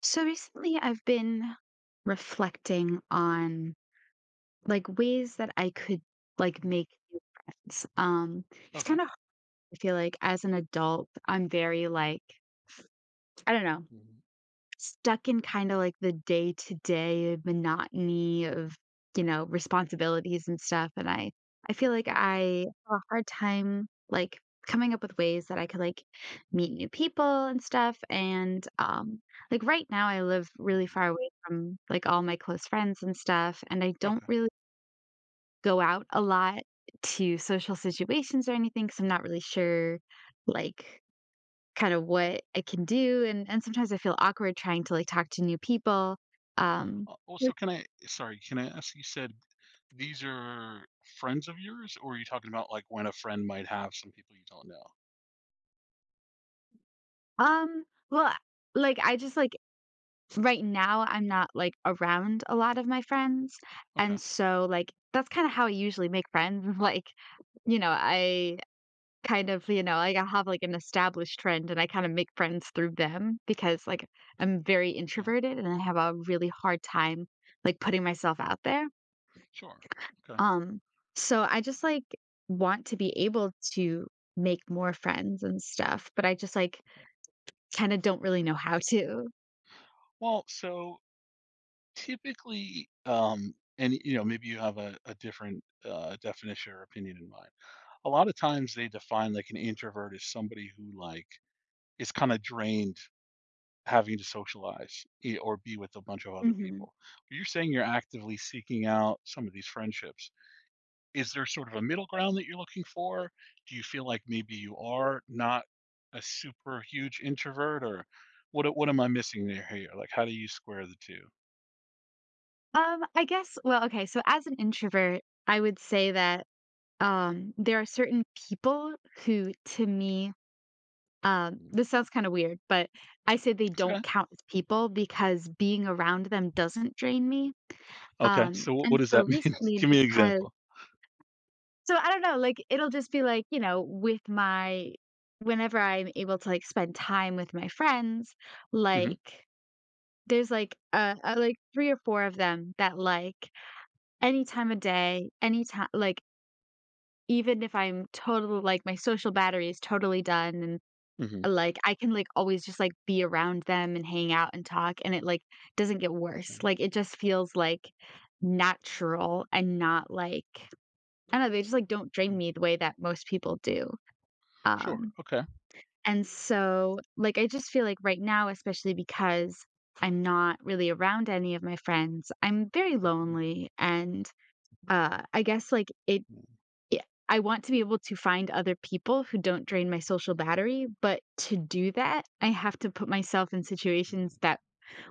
So recently I've been reflecting on like ways that I could like Mhm. make new friends. It's Okay. kind of hard. I feel like as an adult I'm very like I don't know. Mhm. Stuck in kinda like the day-to-day monotony of, you know, responsibilities and stuff, and I feel like Sure. I have a hard time, like, coming up with ways that I could, like, meet new people and stuff, and, like, right now I live really Mhm. far away from, like, all my close friends and stuff, and I don't Okay. really go out a lot to social situations or anything because 'cause I'm not really sure, like, kind of what I can do, and sometimes I feel awkward trying to, like, talk to new people, um Also, can I, sorry, can I ask, you said these are friends of yours, or are you talking about like when a friend might have some people you don't know? Um, well, I like, I just, like right now, I'm not, like, around a lot of my friends, Okay. and so, like, that's kinda how I usually make friends, like, you know, I kind of, you know, like, I have, like, an established friend, and I kinda make friends through them because, like, I'm very Okay. introverted, and I have a really hard time, like, putting myself out there. Sure. Okay. Um, so I just like want to be able to make more friends and stuff, but I just like kind of don't really know how to. Well, so typically, and you know, maybe you have a different definition or opinion in mind. A lot of times they define like an introvert as somebody who like is kind of drained having to socialize e or be with a bunch of other hmm people. You're saying you're actively seeking out some of these friendships. Is there sort of a middle ground that you're looking for? Do you feel like maybe you are not a super huge introvert, or what am I missing there here? Like, how do you square the two? I guess, well, okay. So as an introvert, I would say that there are certain people who to me, Mhm. this sounds kind of weird, but I say they It's don't okay. count as people because being around them doesn't drain me. Okay. So And what does so that mean? recently Give me an because example. so I don't know, like it'll just be like, you know, with my whenever I'm able to like spend time with my friends, Hmm. like there's like three or four of them that like any time of day, any time like even if I'm totally like my social battery is totally done and Hmm. like, I can, like, always just, like, be around them and hang out and talk, and it, like, doesn't get worse. Like, it just feels, like, natural and not, like I don't know, they just, like, don't drain me the way that most people do. Sure. Um, Okay. and so, like, I just feel like right now, especially because I'm not really around any of my friends, I'm very Mm. lonely, and, I guess, like, it yeah. I want to be able to find other people who don't drain my social battery, but to do that, I have to put myself in situations that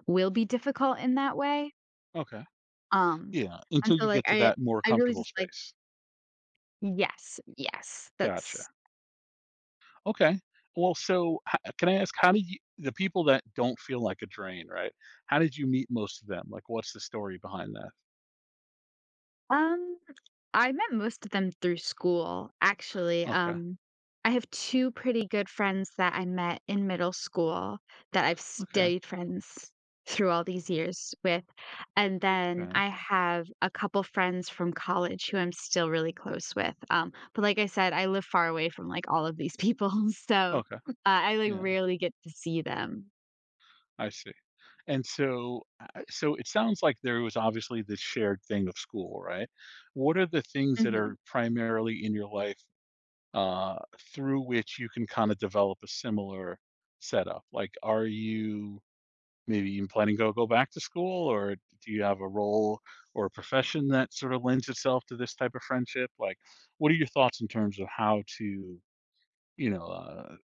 will be difficult in that way. Okay. Um, Yeah. and Until so, you like, get to I that more I really comfortable just like space. yes, yes, Gotcha. that's, Okay. Well, so ho can I ask, how did you the people that don't feel like a drain, right? How did you meet most of them? Like, what's the story behind that? um I met most of them through school, actually. Okay. I have two pretty good friends that I met in middle school that I've Okay. stayed friends through all these years with. And then Okay. I have a couple friends from college who I'm still really close with. But like I said, I live far away from like all of these people, so Okay. I like Yeah, rarely get to see them. I see. And so I so it sounds like there was obviously this shared thing of school, right? What are the things that hmm are primarily in your life, uh, through which you can kinda develop a similar setup? Like, are you maybe even planning to go back to school, or do you have a role or a profession that sort of lends itself to this type of friendship? Like, what are your thoughts in terms of how to, you know uh,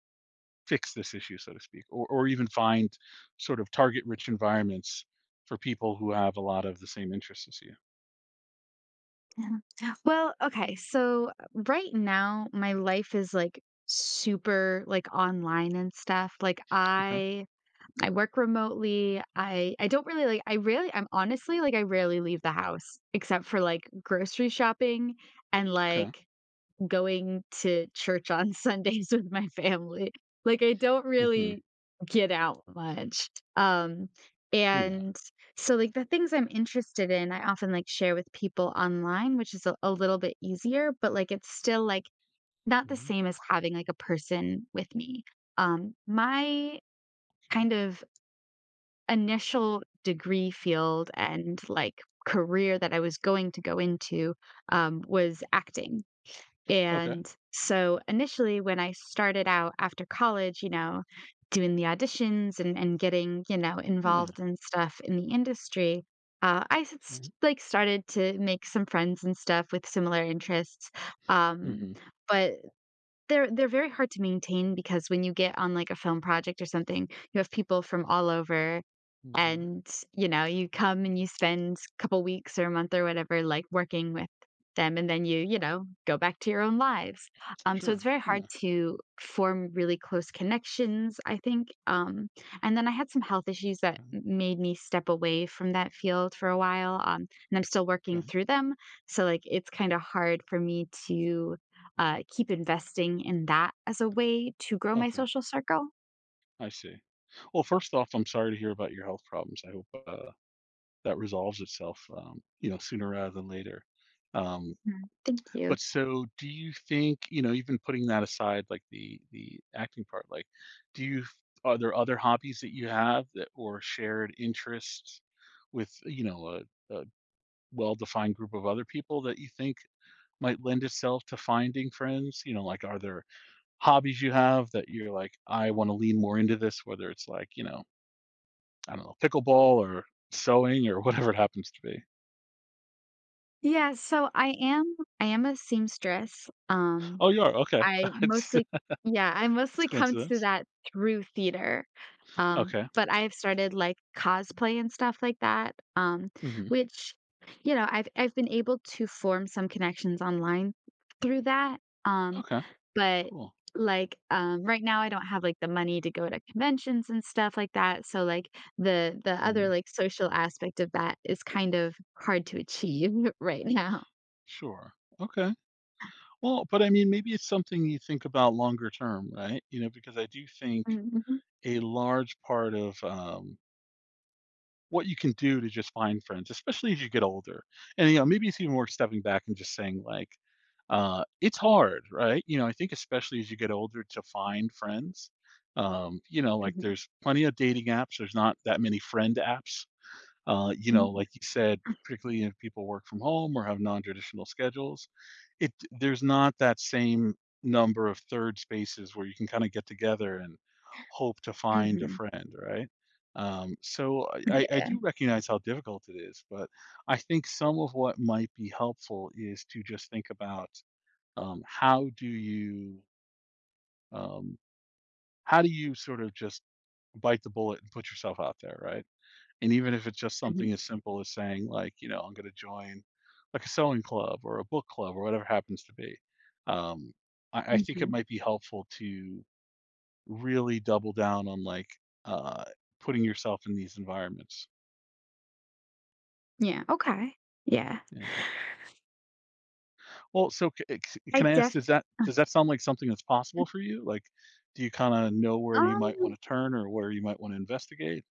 fix this issue, so to speak, or even find sort of target rich environments for people who have a lot of the same interests as you? Well, okay. So right now my life is like super like online and stuff. Like Okay. I work remotely. I don't really like I really I'm honestly like I rarely leave the house except for like grocery shopping and Okay. like going to church on Sundays with my family. Like, I don't Hmm. really get out much. Um, Yeah. and so, like, the things I'm interested in, I often like share with people online, which is a little bit easier, but like, it's still like not the Hmm. same as having like a person with me. My Okay. kind of initial degree field and like career that I was going to go into was acting. Okay. And so initially when I started out after college, you know, doing the auditions and getting, you know, Yeah. involved in stuff in the industry, I s s Okay. like started to make some friends and stuff with similar interests, um, Hmm. but they're very hard to maintain because when you get on, like, a film project or something, you have people from all over, Hmm. and, you know, you come and you spend a couple weeks or a month or whatever, like, working with them, and then you know, go back to your own lives. So it's Sure, very hard yeah. to form really close connections, I think, and then I had some health issues that Okay. made me step away from that field for a while, and I'm still Okay. working through them, so, like, it's kinda hard for me to keep investing in that as a way to grow my Okay, social circle. I see. Well, first off, I'm sorry to hear about your health problems. I hope that resolves itself, you know, sooner rather than later. Um, Mm, thank you. but so do you think, you know, even putting that aside, like the acting part, like do you f- are there other hobbies that you have that or shared interests with, you know, a well-defined group of other people that you think might lend itself to finding friends? You know, like, are there hobbies you have that you're like, I want to lean more into this, whether it's like, you know, I don't know, pickleball or sewing or whatever it happens to be. Yeah, so I am a seamstress. Oh, you are? Okay. I It's mostly Yeah, I it's mostly come to coincidence. that through theater. Okay. But I've started, like, cosplay and stuff like that, Mhm. which, you know, I've been able to form some connections online through that, um, Okay, but, cool. like, um, right now I don't have, like, the money to go to conventions and stuff like that, so, like, the other, Mm, like, social aspect of that is kind of hard to achieve right now. sure. Okay. Well, but, I mean, maybe it's something you think about longer term, right? You know, because I do think Mhm, a large part of, what you can do to just find friends, especially as you get older and, you know, maybe it's even worth stepping back and just saying, like, it's hard, right? You know, I think especially as you get older to find friends. You know, like, mhm, there's plenty of dating apps, there's not that many friend apps. Uh, you know, mhm, like you said, particularly if people work from home or have non-traditional schedules, it there's not that same number of third spaces where you can kind of get together and hope to mhm, find a mhm, friend, right? So I I yeah, do recognize how difficult it is, but I think some of what might be helpful is to just think about, um, how do you um, how do you sort of just bite the bullet and put yourself out there, right? And even if it's just mhm. something as simple as saying, like, you know, I'm going to join like a sewing club or a book club or whatever it happens to be. Um, I think it Mhm. might be helpful to really double down on like uh, putting yourself in these environments. Yeah, okay. Yeah. Yeah. Well, so can I I ask, definitely. Does that sound like something that's possible for you? Like, do you kind of know where you might want um, to turn or where you might want to investigate?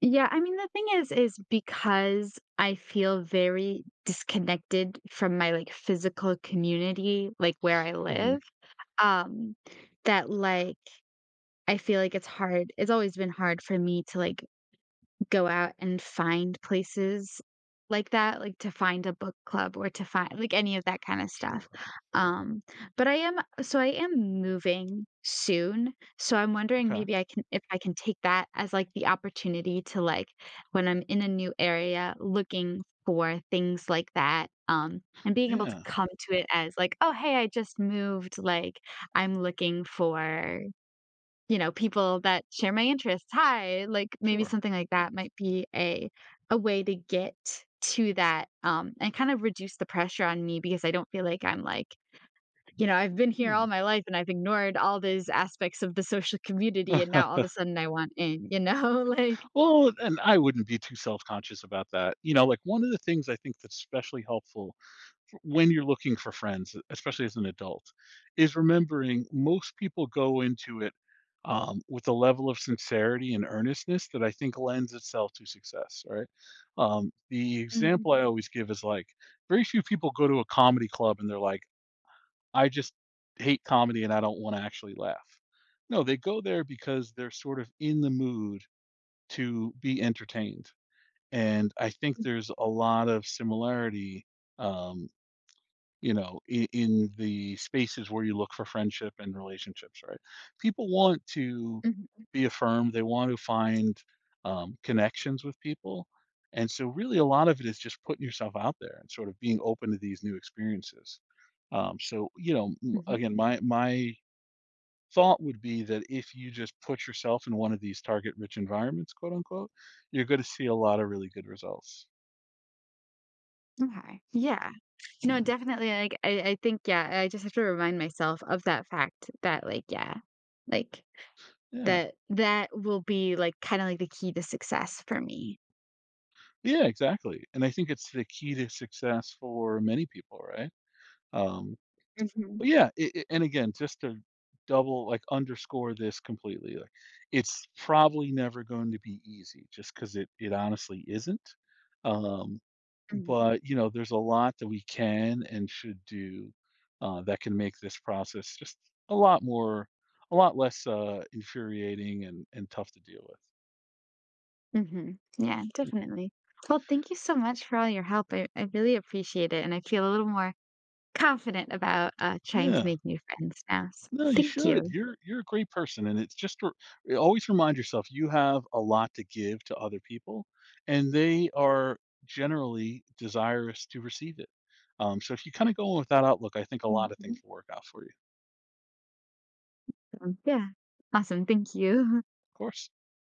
yeah, I mean, the thing is because I feel very disconnected from my, like, physical community, like, where I Hmm. live, um, that, like, I feel like it's hard it's always been hard for me to, like, go out and find places like that, like to find a book club or to find like any of that kinda stuff. Sure. Um, but I am so I am moving soon, so I'm wondering Okay. maybe I can if I can take that as like the opportunity to like when I'm in a new area looking for things like that, and being able to Yeah. come to it as like, "Oh, hey, I just moved," like, I'm looking for you know, people that share my interests. Hi, like maybe Sure. something like that might be a way to get to that and kind of reduce the pressure on me because I don't feel like I'm like, you know, I've been here Yeah. all my life and I've ignored all these aspects of the social community and now all of a sudden I want in, you know, like Well, and I wouldn't be too self-conscious about that. You know, like, one of the things I think that's especially helpful f when you're looking for friends, especially as an adult, is remembering most people go into it, with a level of sincerity and earnestness that I think lends itself to success, right? The mm, example I always give is, like, very few people go to a comedy club and they're like, "I just hate comedy and I don't wanna actually laugh." No, they go there because they're sort of in the mood to be entertained, and I think mm, there's a lot of similarity, um, you know, in the spaces where you look for friendship and relationships, right? People want to mm, be affirmed, they want to find, connections with people. And so, really, a lot of it is just putting yourself out there and sort of being open to these new experiences. So, you know, mhm, again, my thought would be that if you just put yourself in one of these target-rich environments, quote unquote, you're going to see a lot of really good results. mhm. Okay. Yeah. No, definitely like I think yeah, I just have to remind myself of that fact that like yeah, like Yeah. that that will be, like, kinda like the key to success for me. Yeah, exactly, and I think it's the key to success for many people, right? Um, Mhm, but yeah, it and again, just to underscore this completely, like, it's probably never going to be easy just because it honestly isn't, um, mhm. but, you know, there's a lot that we can and should do, that can make this process just a lot more a lot less, infuriating and tough to deal with. Mhm. Yeah, Mm. definitely. Well, thank you so much for all your help. I really appreciate it, and I feel a little more confident about, trying to Yeah. make new friends now, so No, you thank should. you. You're a great person, and it's just always remind yourself you have a lot to give to other people, and they are generally desirous to receive it. So if you kinda go in with that outlook, I think a lot of things Mhm. will work out for you. Yeah. Awesome, thank you. Of course.